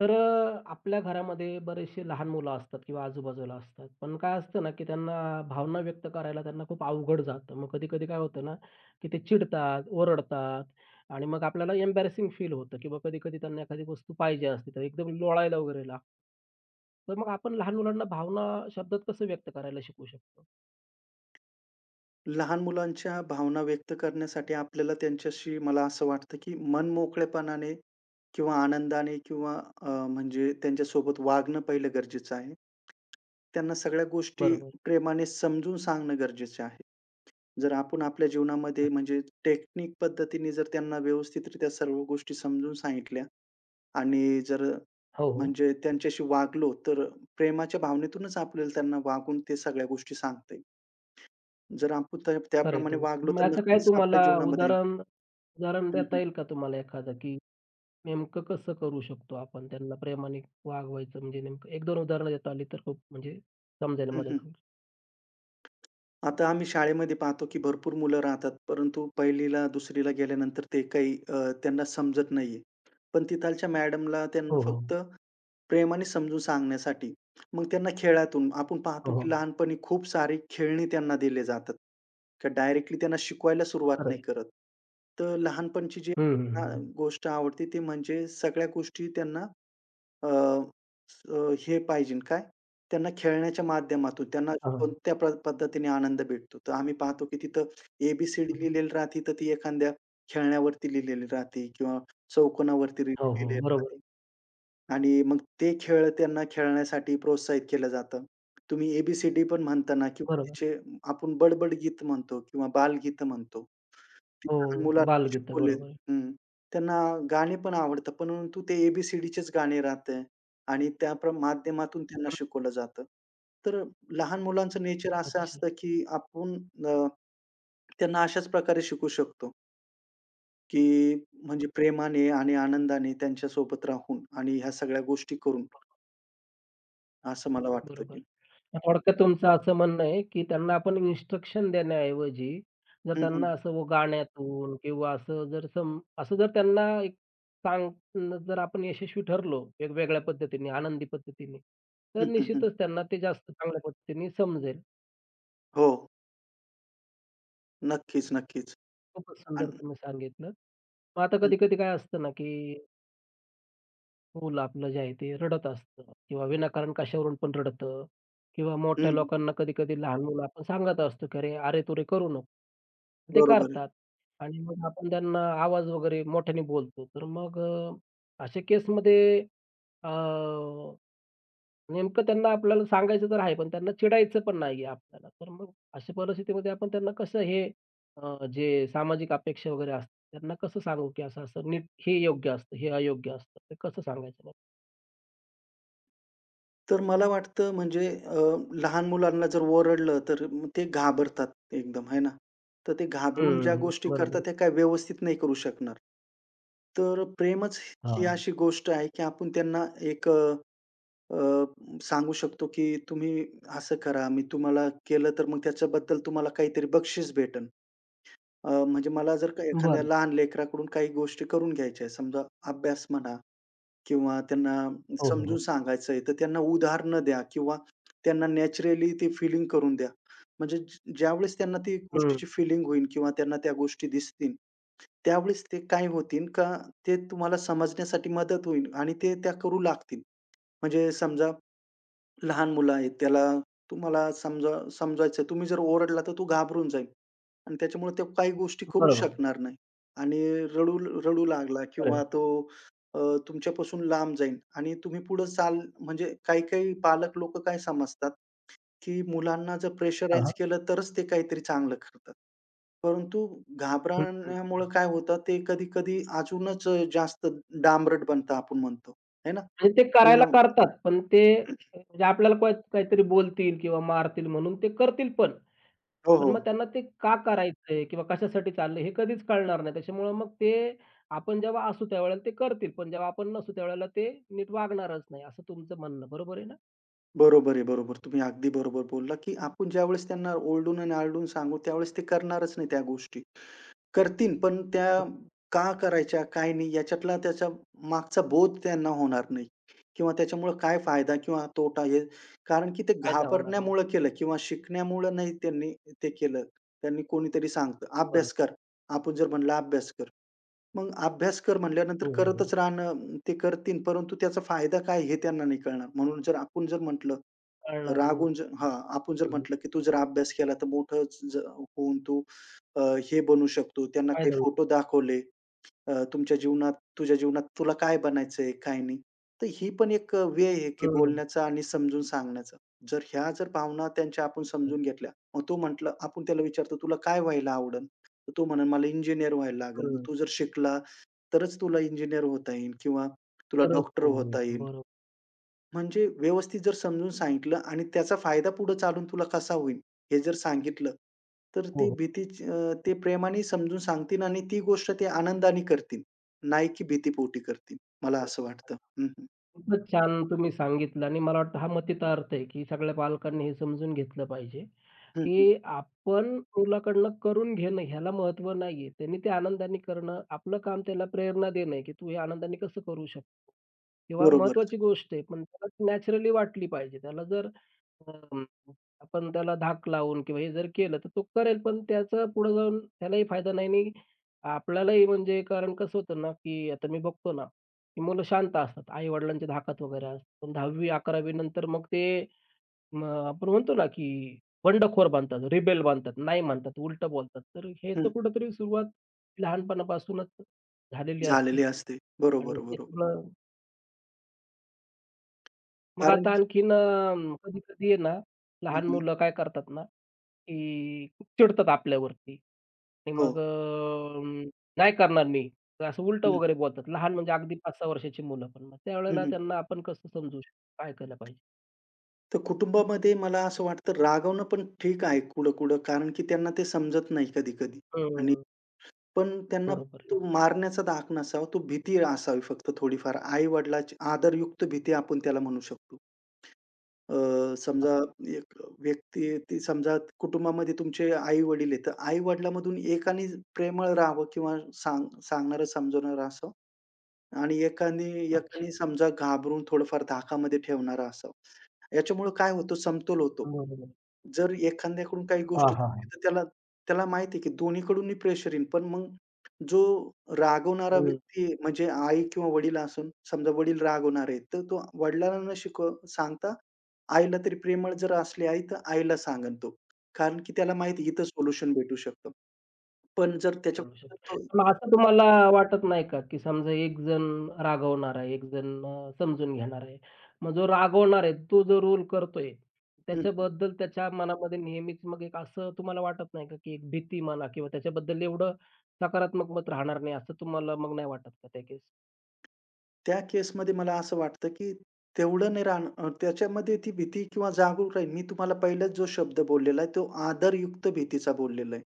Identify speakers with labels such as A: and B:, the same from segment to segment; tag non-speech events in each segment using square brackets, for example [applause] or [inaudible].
A: तर आपल्या घरामध्ये बरेचसे लहान मुलं असतात किंवा आजूबाजूला असतात. पण काय असतं ना, की त्यांना भावना व्यक्त करायला खूप अवघड जातं. मग कधी-कधी काय होतं ना, की ते चिडतात, ओरडतात आणि मग आपल्याला एम्बॅरसिंग फील होतं किंवा कधी-कधी त्यांना एखादी वस्तू पाहिजे असते, तर एकदम लोळायला वगैरे लागतं. तर मग आपण लहान मुलांना भावना शब्दात कसं व्यक्त करायला शिकवू शकतो?
B: लहान मुलांच्या भावना व्यक्त करण्यासाठी आपल्याला त्यांच्याशी मला असं वाटतं, की मनमोकळेपणाने किंवा आनंदाने किंवा म्हणजे त्यांच्यासोबत वागणं पहिलं गरजेचं आहे. त्यांना सगळ्या गोष्टी
A: बरोबर.
B: प्रेमाने समजून सांगणं गरजेचं आहे. जर आपण आपल्या जीवनामध्ये म्हणजे टेक्निक पद्धतीने जर त्यांना व्यवस्थितरित्या सर्व गोष्टी समजून सांगितल्या आणि जर
A: हो, हो.
B: म्हणजे त्यांच्याशी वागलो, तर प्रेमाच्या भावनेतूनच आपल्याला त्यांना वागून ते सगळ्या गोष्टी सांगता येईल. जर आपण त्या
A: खरं आहे
B: त्याप्रमाणे वागलो
A: तुमचं. मग
B: तर
A: याचं काय
B: नक्कीच आपल्या
A: तुम्हाला
B: जीवनामध्ये
A: उदाहरण उदाहरण
B: हं,
A: देता
B: हं.
A: येईल का तुम्हाला एखादं, की नेमकं कसं करू शकतो आपण त्यांना प्रेमाने वागवायचं म्हणजे नेमकं एक 2 उदाहरणं देता आली तर खूप म्हणजे समजायला
B: हं,
A: मदत
B: हं.
A: होईल.
B: आता आम्ही शाळेमध्ये पाहतो, की भरपूर मुलं राहतात, परंतु 1लीला 2रीला गेल्यानंतर ते काही त्यांना समजत नाहीये. पण तिथालच्या मॅडमला त्यांना
A: हो, हो.
B: फक्त प्रेमाने समजून सांगण्यासाठी. मग त्यांना खेळातून आपण
A: हो,
B: पाहतो, की
A: हो.
B: लहानपणी खूप सारे खेळणी त्यांना दिले जातात. का डायरेक्टली त्यांना शिकवायला सुरुवात
A: खरं
B: नाही
A: आहे.
B: करत. तर लहानपणची जी
A: हं, हं,
B: अ,
A: हं.
B: गोष्ट आवडते, ती म्हणजे सगळ्या गोष्टी त्यांना अ, अ, हे पाहिजे काय? त्यांना खेळण्याच्या माध्यमातून त्यांना
A: हां.
B: कोणत्या पद्धतीने आनंद भेटतो. तर आम्ही पाहतो की तिथं ए
A: हं.
B: लिहिलेली राहते, तर ती एखाद्या खेळण्यावरती लिहिलेली राहते किंवा चौकोनावरती
A: हो, हो.
B: लिहिलेली
A: बरोबर आहे.
B: राहते आणि मग ते खेळ त्यांना खेळण्यासाठी प्रोत्साहित केलं जातं. तुम्ही ए-बी-सी-डी पण म्हणताना किंवा
A: बरोबर.
B: तिचे आपण बडबड गीत म्हणतो किंवा बालगीतं म्हणतो. ती
A: हो,
B: लहान मुलांना
A: बालगीतं
B: शिकवले
A: बरोबर आहे.
B: हं. त्यांना गाणी पण आवडतात, परंतु ते ए-बी-सी-डीचेच गाणे राहते आणि त्या माध्यमातून त्यांना
A: हं.
B: शिकवलं जातं. तर लहान मुलांचं नेचर असं
A: अच्छा.
B: असतं, की आपण अ, त्यांना अशाच प्रकारे शिकवू शकतो, की म्हणजे प्रेमाने आणि आनंदाने त्यांच्यासोबत राहून आणि ह्या सगळ्या गोष्टी करून, असं मला वाटतं, की
A: बरोबर. थोडक्यात तुमचं असं म्हणणं आहे, की त्यांना आपण इन्स्ट्रक्शन देण्याऐवजी जर
B: हं,
A: त्यांना
B: हं.
A: असं व गाण्यातून किंवा असं जर सम असं जर त्यांना एक सांगणं जर आपण यशस्वी ठरलो वेगवेगळ्या पद्धतीने, आनंदी पद्धतीने, तर
B: हं, हं, हं.
A: निश्चितच त्यांना ते जास्त चांगल्या पद्धतीने समजेल.
B: हो. नक्कीच, नक्कीच.
A: खूपच सुंदर
B: आणि
A: तुम्ही सांगितलं. मग आता
B: हं, हं.
A: कधी-कधी काय असतं ना, की मुलं आपलं जे आहे ते रडत असतं किंवा विनाकारण कशावरून पण रडतं किंवा मोठ्या
B: हं.
A: लोकांना कधी-कधी लहान मुलं आपण सांगत असतो, की "अरे, अरे-तुरे करू नको." ते
B: बरोबर आहे.
A: करतात आणि मग आपण त्यांना आवाज वगैरे मोठ्याने बोलतो. तर मग अशा केसमध्ये अ, नेमकं त्यांना आपल्याला सांगायचं तर आहे, पण त्यांना चिडायचं पण नाहीये आपल्याला. तर मग अशा परिस्थितीमध्ये आपण त्यांना कसं हे जे सामाजिक अपेक्षा वगैरे असतात त्यांना कसं सांगू, की असं-असं नीट हे योग्य असतं, हे अयोग्य असतं. ते कसं सांगायचं?
B: तर मला वाटतं म्हणजे लहान मुलांना जर ओरडलं, तर मग ते घाबरतात एकदम, है ना? तर ते घाबरून ज्या
A: हं,
B: गोष्टी करतात,
A: बरोबर.
B: त्या काय व्यवस्थित नाही करू शकणार. तर प्रेमच ही
A: हां.
B: अशी गोष्ट आहे, की आपण त्यांना एक अ, अ, सांगू शकतो, की तुम्ही असं करा, मी तुम्हाला केलं तर मग त्याच्याबद्दल तुम्हाला काहीतरी बक्षीस भेटेल. म्हणजे मला जर का एखाद्या
A: बरं.
B: लहान लेकराकडून काही गोष्टी करून घ्यायच्या आहेत, समजा अभ्यास म्हणा किंवा त्यांना
A: हो, हो,
B: समजून
A: हो.
B: सांगायचंय, तर त्यांना उदाहरणं द्या किंवा त्यांना नॅचरली ते फीलिंग करून द्या. म्हणजे ज्यावेळेस त्यांना ती
A: हं,
B: गोष्टीची फीलिंग होईल किंवा त्यांना त्या गोष्टी दिसतील, त्यावेळेस ते काय होतील का ते तुम्हाला समजण्यासाठी मदत होईल आणि ते त्या करू लागतील. म्हणजे समजा लहान मुलं आहे, त्याला तुम्हाला समजा समजायचं तुम्ही जर ओरडला तर तो घाबरून जाईल आणि त्याच्यामुळे तो काही गोष्टी करूच
A: बरोबर आहे.
B: शकणार नाही आणि रडू रडू लागला
A: खरं आहे.
B: किंवा तो अ, तुमच्यापासून लांब जाईल आणि तुम्ही पुढे चाल म्हणजे काही-काही पालक लोकं काय समजतात, की मुलांना जर
A: हां,
B: प्रेशराईज
A: हां.
B: केलं तरच ते काहीतरी चांगलं करतात. परंतु
A: हं, हं,
B: घाबरण्यामुळं
A: हं.
B: काय होतं ते कधी-कधी अजूनच जास्त डांबरट बनतं आपण म्हणतो, है। ना?
A: म्हणजे ते करायला
B: त्यांना
A: करतात, पण ते म्हणजे आपल्याला काय काहीतरी बोलतील किंवा मारतील म्हणून ते करतील पण.
B: हो, हो.
A: पण मग त्यांना ते का करायचंय किंवा कशासाठी चाललंय हे कधीच कळणार नाही. त्याच्यामुळं मग ते आपण जेव्हा असू त्यावेळेला ते करतील, पण जेव्हा आपण नसू त्यावेळेला ते नीट वागणारच नाही, असं तुमचं म्हणणं बरोबर आहे ना?
B: बरोबर आहे, बरोबर. तुम्ही अगदी बरोबर बोलला, की आपण ज्यावेळेस त्यांना ओरडून आणि आरडून सांगू, त्यावेळेस ते करणारच नाही त्या गोष्टी. करतील, पण त्या
A: हं.
B: का करायच्या, काय नाही याच्यातला त्याच्या मागचा बोध त्यांना होणार नाही किंवा त्याच्यामुळं काय फायदा किंवा तोटा हे कारण की ते
A: फायदा होणार आहे.
B: घाबरण्यामुळं केलं किंवा शिकण्यामुळं नाही त्यांनी ते केलं. त्यांनी कोणीतरी सांगतं,
A: बरोबर.
B: "अभ्यास कर." आपण जर म्हणलं, "अभ्यास कर." मग अभ्यास कर म्हणल्यानंतर
A: हो, हो, हो.
B: करतच राहणं ते करतील, परंतु त्याचा फायदा काय हे त्यांना नाही कळणार. म्हणून जर आपण जर म्हटलं,
A: कळणार नाही.
B: रागून जर हां, आपण जर
A: हं,
B: म्हटलं, की "तू जर अभ्यास केला तर मोठं होऊन तू अ, हे बनू शकतो." त्यांना काही
A: फायदा होईल.
B: फोटो दाखवले. तुमच्या जीवनात तुझ्या जीवनात तुला काय बनायचंय, काय नाही. तर ही पण एक वे आहे, की बोलण्याचा आणि समजून सांगण्याचा. जर ह्या जर भावना त्यांच्या आपण
A: हं,
B: समजून घेतल्या, मग तो म्हटलं आपण त्याला विचारतो, "तुला काय व्हायला आवडेल?" तर तो म्हणेल, "मला इंजिनिअर व्हायला लागेल." मग
A: हं.
B: तू जर शिकला तरच तुला इंजिनिअर होता येईल किंवा तुला
A: तरच
B: डॉक्टर
A: तो होईल.
B: होता येईल.
A: बरोबर.
B: म्हणजे व्यवस्थित जर समजून सांगितलं आणि त्याचा फायदा पुढे चालून तुला कसा होईल, हे जर सांगितलं, तर
A: हो,
B: ती
A: हो.
B: भीतीची ते प्रेमाने समजून सांगतील आणि ती गोष्ट ते आनंदाने करतील. नाही की भीतीपोटी करतील. मला
A: खूपच,
B: असं वाटतं. हं, हं.
A: खूपच छान तुम्ही सांगितलं आणि मला वाटतं हा मतितार्थ आहे, की सगळ्या पालकांनी हे समजून घेतलं पाहिजे,
B: हं, हं.
A: की आपण मुलाकडनं करून घेणं ह्याला महत्व नाहीये. त्यांनी ते आनंदाने करणं, आपलं काम त्याला प्रेरणा देणं आहे, की तू हे आनंदाने कसं करू शकतो? किंवा
B: बरोबरच.
A: महत्त्वाची गोष्ट आहे, पण त्याला नॅचरली वाटली पाहिजे. त्याला जर अं, आपण त्याला धाक लावून किंवा हे जर केलं, तर तो करेल, पण त्याचा पुढे जाऊन त्यालाही फायदा नाही आणि आपल्यालाही म्हणजे कारण कसं होतं ना, की आता मी बघतो ना, की मुलं शांत असतात. आई-वडिलांच्या धाकात वगैरे असतात. पण 10वी-11वी नंतर मग ते आपण म्हणतो ना, की बंडखोर बनतात, रिबेल बनतात, नाही म्हणतात, उलटं बोलतात. तर ह्याचं
B: हं.
A: कुठेतरी सुरुवात लहानपणापासूनच झालेली असते
B: झालेली असते.
A: आणि
B: बरोबर,
A: हे
B: बरोबर.
A: सगळं मग
B: कारण
A: आता
B: की
A: आणखीन कधी-कधी आहे ना,
B: हं,
A: लहान
B: हं.
A: मुलं काय करतात ना, की खूप चिडतात आपल्यावरती आणि
B: हो.
A: मग नाही करणार मी. असं उलटं
B: हं,
A: वगैरे बोलतात. लहान म्हणजे अगदी 5-6 वर्षाची मुलं पण. मग
B: हं,
A: त्यावेळेला
B: हं.
A: त्यांना आपण कसं समजू शकतो? काय केलं पाहिजे?
B: तर कुटुंबामध्ये मला असं वाटतं रागवणं पण ठीक आहे कुठं-कुठं कारण की त्यांना ते समजत नाही कधी-कधी आणि
A: हं,
B: पण त्यांना
A: बरोबर आहे.
B: तो मारण्याचा धाक नसावा, तो भीती असावी फक्त थोडीफार. आई-वडिलांची आदरयुक्त भीती आपण त्याला म्हणू शकतो. समजा एक व्यक्ती ती समजा कुटुंबामध्ये तुमचे आई-वडील आहेत, तर आई-वडिलांमधून एकाने प्रेमळ राहावं किंवा सांगणारं, समजवणारं असावं आणि एकाने
A: अच्छा.
B: एकाने समजा घाबरून थोडंफार धाकामध्ये ठेवणारा असावा. याच्यामुळं काय होतं, समतोल होतो.
A: बरोबर.
B: जर एखाद्याकडून काही गोष्ट
A: हां, हां,
B: चुकली
A: हां.
B: तर त्याला त्याला माहिती आहे की दोन्हीकडूनही प्रेशर येईल. पण मग जो रागवणारा व्यक्ती आहे, म्हणजे आई किंवा वडील असून समजा वडील रागवणार आहेत, तर तो वडिलांना न सांगता आईला तरी प्रेमळ जर असली आई, तर आईला सांगेल तो. कारण की त्याला माहिती आहे, इथं सोल्युशन भेटू शकतं. पण जर
A: मिळू
B: त्याच्याकडून तो
A: शकतो. मग असं तुम्हाला वाटत नाही का, की समजा एक जण रागवणार आहे, एक जण समजून घेणार आहे. मग जो रागवणार आहे, तो जो रोल करतोय,
B: हं, हं.
A: त्याच्याबद्दल त्याच्या मनामध्ये नेहमीच मग एक असं तुम्हाला वाटत नाही का, की एक भीती म्हणा किंवा त्याच्याबद्दल एवढं सकारात्मक मत राहणार नाही, असं तुम्हाला मग नाही वाटत का त्या केस?
B: त्या केसमध्ये मला असं वाटतं की तेवढं नाही राहणं त्याच्यामध्ये ती भीती किंवा जागरूक राहील. मी तुम्हाला पहिलाच जो शब्द बोललेला आहे, तो आदरयुक्त भीतीचा बोललेला आहे.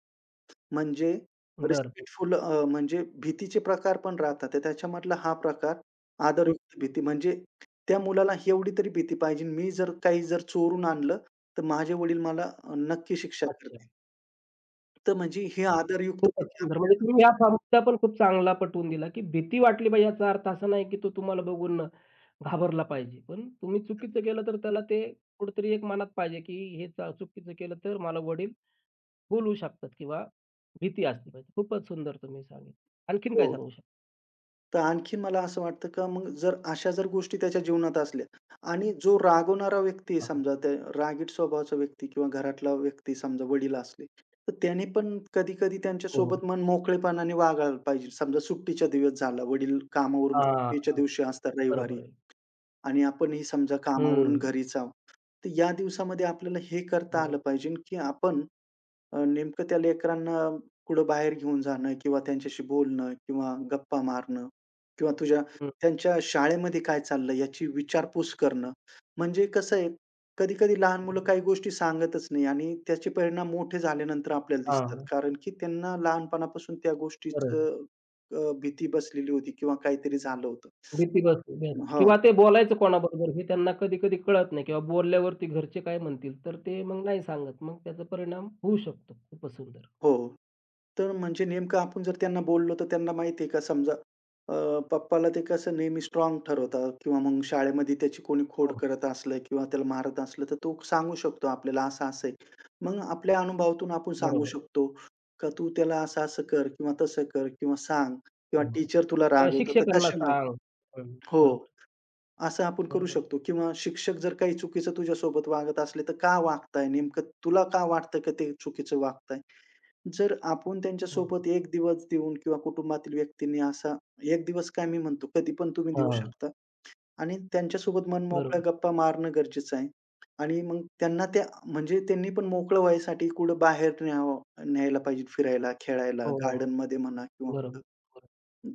B: म्हणजे
A: बरं, बरं.
B: रिस्पेक्टफुल म्हणजे भीतीचे प्रकार पण राहतात. तर त्याच्यामधला हा प्रकार आदरयुक्त भीती म्हणजे त्या मुलाला एवढी तरी भीती पाहिजे. मी जर काही जर चोरून आणलं, तर माझे वडील मला नक्की शिक्षा
A: अच्छा.
B: करतील. तर म्हणजे हे
A: हां.
B: आदरयुक्त
A: खूपच
B: भीती
A: सुंदर. म्हणजे
B: आपल्याला
A: तुम्ही हा मुद्दा पण खूप चांगला पटवून दिला, की भीती वाटली पाहिजे याचा अर्थ असा नाही, की तो तुम्हाला बघून घाबरला पाहिजे. पण तुम्ही चुकीचं केलं तर त्याला ते कुठेतरी एक मनात पाहिजे, की हे चुकीचं केलं तर मला वडील बोलवू शकतात किंवा भीती असली पाहिजे. खूपच सुंदर तुम्ही सांगितलं. आणखीन
B: हो.
A: काय सांगू शकता?
B: तर आणखीन मला असं वाटतं का मग जर अशा जर गोष्टी त्याच्या जीवनात असल्या आणि जो रागवणारा व्यक्ती आहे
A: हां, हां.
B: समजा त्या रागीट स्वभावाचा व्यक्ती किंवा घरातला व्यक्ती समजा वडील असले, तर त्याने पण कधी-कधी
A: हो, हो.
B: त्यांच्यासोबत मन मोकळेपणाने वागायला पाहिजे. समजा सुट्टीचा दिवस झाला, वडील कामावरून
A: हां,
B: सुट्टीच्या
A: हां.
B: दिवशी असतात
A: बरोबर
B: रविवारी
A: आहे.
B: आणि आपणही समजा कामावरून
A: हं.
B: घरीच आहोत. तर या दिवसामध्ये आपल्याला हे करता
A: बरोबर.
B: आलं पाहिजे, की आपण नेमकं त्या लेकरांना कुठं बाहेर घेऊन जाणं किंवा त्यांच्याशी बोलणं किंवा गप्पा मारणं किंवा
A: हं.
B: त्यांच्या शाळेमध्ये काय चाललं याची विचारपूस करणं. म्हणजे कसं आहे, कधी-कधी लहान मुलं काही गोष्टी सांगतच नाही आणि त्याचे परिणाम मोठे झाल्यानंतर आपल्याला
A: हां,
B: दिसतात.
A: हां.
B: कारण की त्यांना लहानपणापासून त्या
A: बरोबर.
B: गोष्टीचं भीती बसलेली होती किंवा काहीतरी झालं होतं.
A: भीती बसते भ्यायची
B: हो,
A: किंवा ते बोलायचं कोणाबरोबर हे त्यांना कधी-कधी कळत नाही किंवा बोलल्यावरती घरचे काय म्हणतील, तर ते मग नाही सांगत. मग त्याचा परिणाम होऊ शकतो. खूपच सुंदर.
B: हो. तर म्हणजे नेमकं आपण जर त्यांना बोललो, तर त्यांना माहिती आहे का समजा अ, पप्पाला ते कसं नेहमी स्ट्राँग ठरवतात किंवा मग शाळेमध्ये त्याची कोणी खोड
A: हो.
B: करत असलं किंवा त्याला मारत असलं, तर तो सांगू शकतो आपल्याला असं-असं आहे. मग आपल्या अनुभवातून आपण सांगू
A: बरोबर आहे.
B: शकतो, का तू त्याला असं-असं कर किंवा तसं कर किंवा सांग किंवा
A: हो, हो.
B: टीचर तुला
A: किंवा
B: रागवतो तर
A: शिक्षकांना
B: कशामुळं
A: सांग. हं,
B: हो.
A: बरोबर,
B: असं आपण
A: आहे,
B: करू
A: बरोबर आहे.
B: शकतो किंवा शिक्षक जर काही चुकीचं तुझ्यासोबत वागत असले, तर का वागताय? नेमकं तुला का वाटतं की ते चुकीचं वागताय? जर आपण
A: हो, हो.
B: त्यांच्यासोबत 1 दिवस देऊन किंवा कुटुंबातील व्यक्तींनी असा 1 दिवस काय मी म्हणतो, कधी पण तुम्ही देऊ
A: हां.
B: शकता आणि त्यांच्यासोबत
A: बरोबर
B: मनमोकळ्या
A: आहे.
B: गप्पा मारणं गरजेचं आहे. आणि मग त्यांना त्या म्हणजे त्यांनी पण मोकळं व्हायसाठी कुठं बाहेर न्यावं न्यायला पाहिजे फिरायला, खेळायला,
A: हो, हो, हो.
B: गार्डनमध्ये म्हणा किंवा कुठं.
A: बरोबर, बरोबर.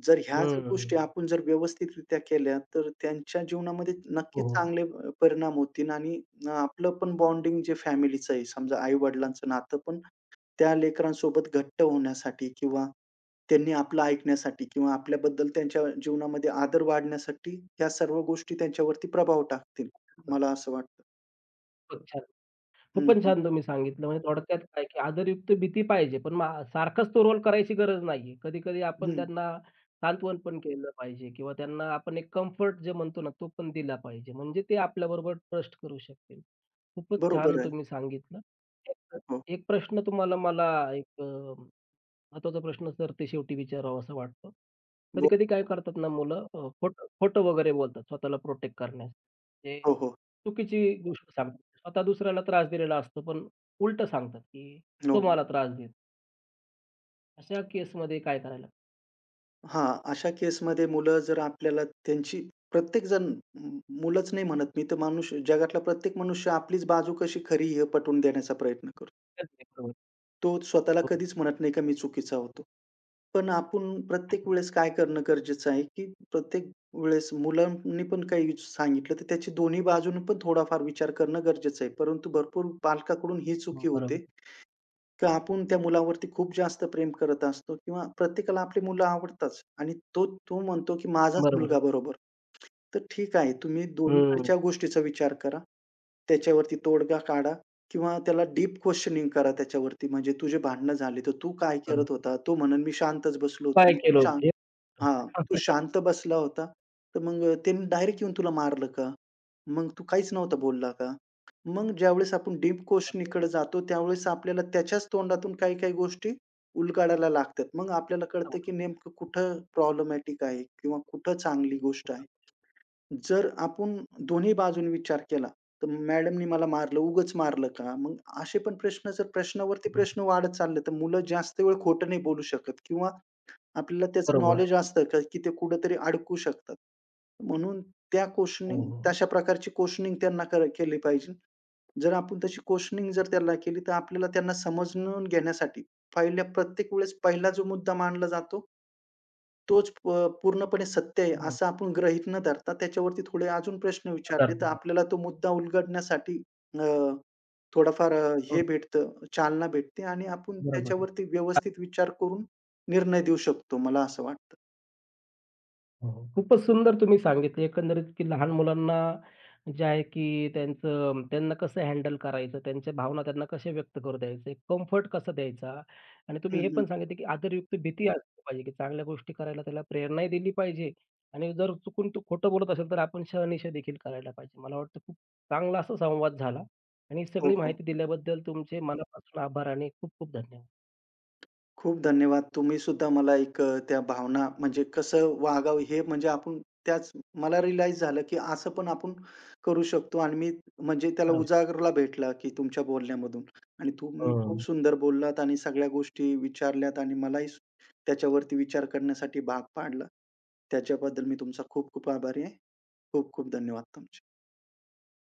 B: जर ह्या जर
A: हं, हं.
B: गोष्टी आपण जर व्यवस्थितरित्या केल्या, तर त्यांच्या जीवनामध्ये
A: हो,
B: नक्कीच
A: हो.
B: चांगले परिणाम होतील आणि आपलं पण बॉन्डिंग जे फॅमिलीचं आहे, समजा आई-वडिलांचं नातं पण त्या लेकरांसोबत घट्ट होण्यासाठी किंवा त्यांनी आपलं ऐकण्यासाठी किंवा आपल्याबद्दल त्यांच्या जीवनामध्ये आदर वाढण्यासाठी या सर्व गोष्टी त्यांच्यावरती प्रभाव टाकतील. मला असं वाटतं.
A: खूपच छान.
B: हं,
A: खूपच
B: हं.
A: छान तुम्ही सांगितलं. म्हणजे थोडक्यात काय, की आदरयुक्त भीती पाहिजे, पण मग सारखाच तो रोल करायची गरज नाहीये. कधी-कधी आपण
B: हं.
A: त्यांना सांत्वन पण केलं पाहिजे किंवा त्यांना आपण एक कम्फर्ट जे म्हणतो ना, तो पण दिला पाहिजे. म्हणजे ते आपल्याबरोबर ट्रस्ट करू शकतील. खूपच छान
B: बरोबर आहे.
A: तुम्ही सांगितलं. एक
B: हो.
A: एक प्रश्न तुम्हाला मला एक अ, महत्त्वाचा प्रश्न सरतेशेवटी विचारावासा वाटतो.
B: बो
A: कधी-कधी काय करतात ना मुलं खोटं खोटं वगैरे बोलतात स्वतःला प्रोटेक्ट करण्यासाठी. ते
B: हो, हो.
A: चुकीची गोष्ट सांगतात. स्वतः दुसऱ्याला त्रास दिलेला असतो, पण उलटं सांगतात, की
B: हो.
A: "तो मला त्रास देतो." अशा केसमध्ये काय करायला
B: हां, अशा केसमध्ये मुलं जर आपल्याला त्यांची प्रत्येकजण मुलंच नाही म्हणत, मी तर मनुष्य जगातला प्रत्येक मनुष्य आपलीच बाजू कशी खरी हे पटवून देण्याचा प्रयत्न करतो.
A: पाहिजे? बरोबर.
B: तो स्वतःला
A: हो, हो.
B: कधीच म्हणत नाही का मी चुकीचा होतो. पण आपण प्रत्येक वेळेस काय करणं गरजेचं आहे, की प्रत्येक वेळेस मुलांनी पण काही सांगितलं, तर त्याची दोन्ही बाजूने पण थोडाफार विचार करणं गरजेचं आहे. परंतु भरपूर पालकाकडून ही चुकी
A: बरोबर.
B: होते. तर आपण त्या मुलावरती खूप जास्त प्रेम करत असतो किंवा प्रत्येकाला आपली मुलं आवडतात आणि तो तो म्हणतो, की माझाच
A: बरोबर
B: मुलगा
A: आहे.
B: बरोबर. तर ठीक आहे, तुम्ही
A: हं.
B: दोन्हीकडच्या गोष्टीचा विचार करा. त्याच्यावरती तोडगा काढा किंवा त्याला डीप क्वेशनिंग करा त्याच्यावरती. म्हणजे तुझे भांडणं झाली, तर तू काय करत
A: बरोबर.
B: होता? तो म्हणेल, "मी शांतच बसलो
A: तू
B: होतो."
A: काय
B: मग तू
A: केलं
B: शांत
A: होतं?
B: हां, "तू
A: हे [laughs]
B: शांत बसला होता, तर मग त्यांनी डायरेक्ट येऊन तुला मारलं का? मग तू काहीच नव्हता बोलला का?" मग ज्यावेळेस आपण डीप क्वेशनिंगकडे जातो, त्यावेळेस आपल्याला त्याच्याच तोंडातून काही-काही गोष्टी उलगडायला लागतात. मग आपल्याला कळतं, की नेमकं कुठं प्रॉब्लेमॅटिक आहे किंवा कुठं चांगली गोष्ट आहे. जर आपण दोन्ही बाजूने विचार केला, तर मॅडमनी मला मारलं, उगाच मारलं का? मग असे पण प्रश्न जर प्रश्नावरती
A: हो,
B: प्रश्न वाढत चालले, तर मुलं जास्त वेळ खोटं नाही बोलू शकत किंवा आपल्याला त्याचं
A: बरोबर. आहे.
B: नॉलेज असतं का, की ते कुठेतरी अडकू शकतात. म्हणून त्या क्वेशनिंग
A: हो, हो.
B: तशा प्रकारची क्वेशनिंग त्यांना केली पाहिजे. जर आपण तशी क्वेशनिंग जर त्याला केली, तर आपल्याला त्यांना समजून घेण्यासाठी प्रत्येक वेळेस पहिला जो मुद्दा मांडला जातो, तोच पूर्णपणे सत्य आहे,
A: हं.
B: असं आपण ग्रहित न धरता त्याच्यावरती थोडे अजून प्रश्न विचारले,
A: पदार्थ.
B: तर आपल्याला तो मुद्दा उलगडण्यासाठी अ, थोडाफार
A: हं.
B: हे भेटतं, चालना भेटते आणि आपण
A: बरोबर आहे.
B: त्याच्यावरती व्यवस्थित विचार करून निर्णय देऊ शकतो, मला असं वाटतं.
A: हो, हो. खूपच सुंदर तुम्ही सांगितलं एकंदरीत, की लहान मुलांना जे आहे, की त्यांचं त्यांना कसं हँडल करायचं, त्यांच्या भावना त्यांना कशा व्यक्त करू द्यायचे, कम्फर्ट कसा द्यायचा आणि
B: हं,
A: तुम्ही हे
B: हं.
A: पण सांगितलं, की आदरयुक्त भीती असली पाहिजे, की चांगल्या गोष्टी करायला त्याला प्रेरणाही दिली पाहिजे आणि जर चुकून तो खोटं बोलत असेल, तर आपण शहानिशा देखील करायला पाहिजे. मला वाटतं खूप चांगला असा संवाद झाला आणि
B: हो,
A: सगळी
B: हो.
A: माहिती दिल्याबद्दल तुमचे मनापासून आभार आणि खूप खूप धन्यवाद.
B: खूप धन्यवाद. तुम्ही सुद्धा मला एक त्या भावना म्हणजे कसं वागावं हे म्हणजे आपण त्याच मला रिअलाईज झालं, की असं पण आपण करू शकतो आणि मी म्हणजे त्याला उजागरला भेटला, की तुमच्या बोलण्यामधून आणि तुम्ही खूप
A: हं.
B: सुंदर बोललात आणि सगळ्या गोष्टी विचारल्यात आणि मलाही त्याच्यावरती विचार करण्यासाठी भाग पाडलं. त्याच्याबद्दल मी तुमचा खूप खूप आभारी आहे. खूप खूप धन्यवाद तुमचे.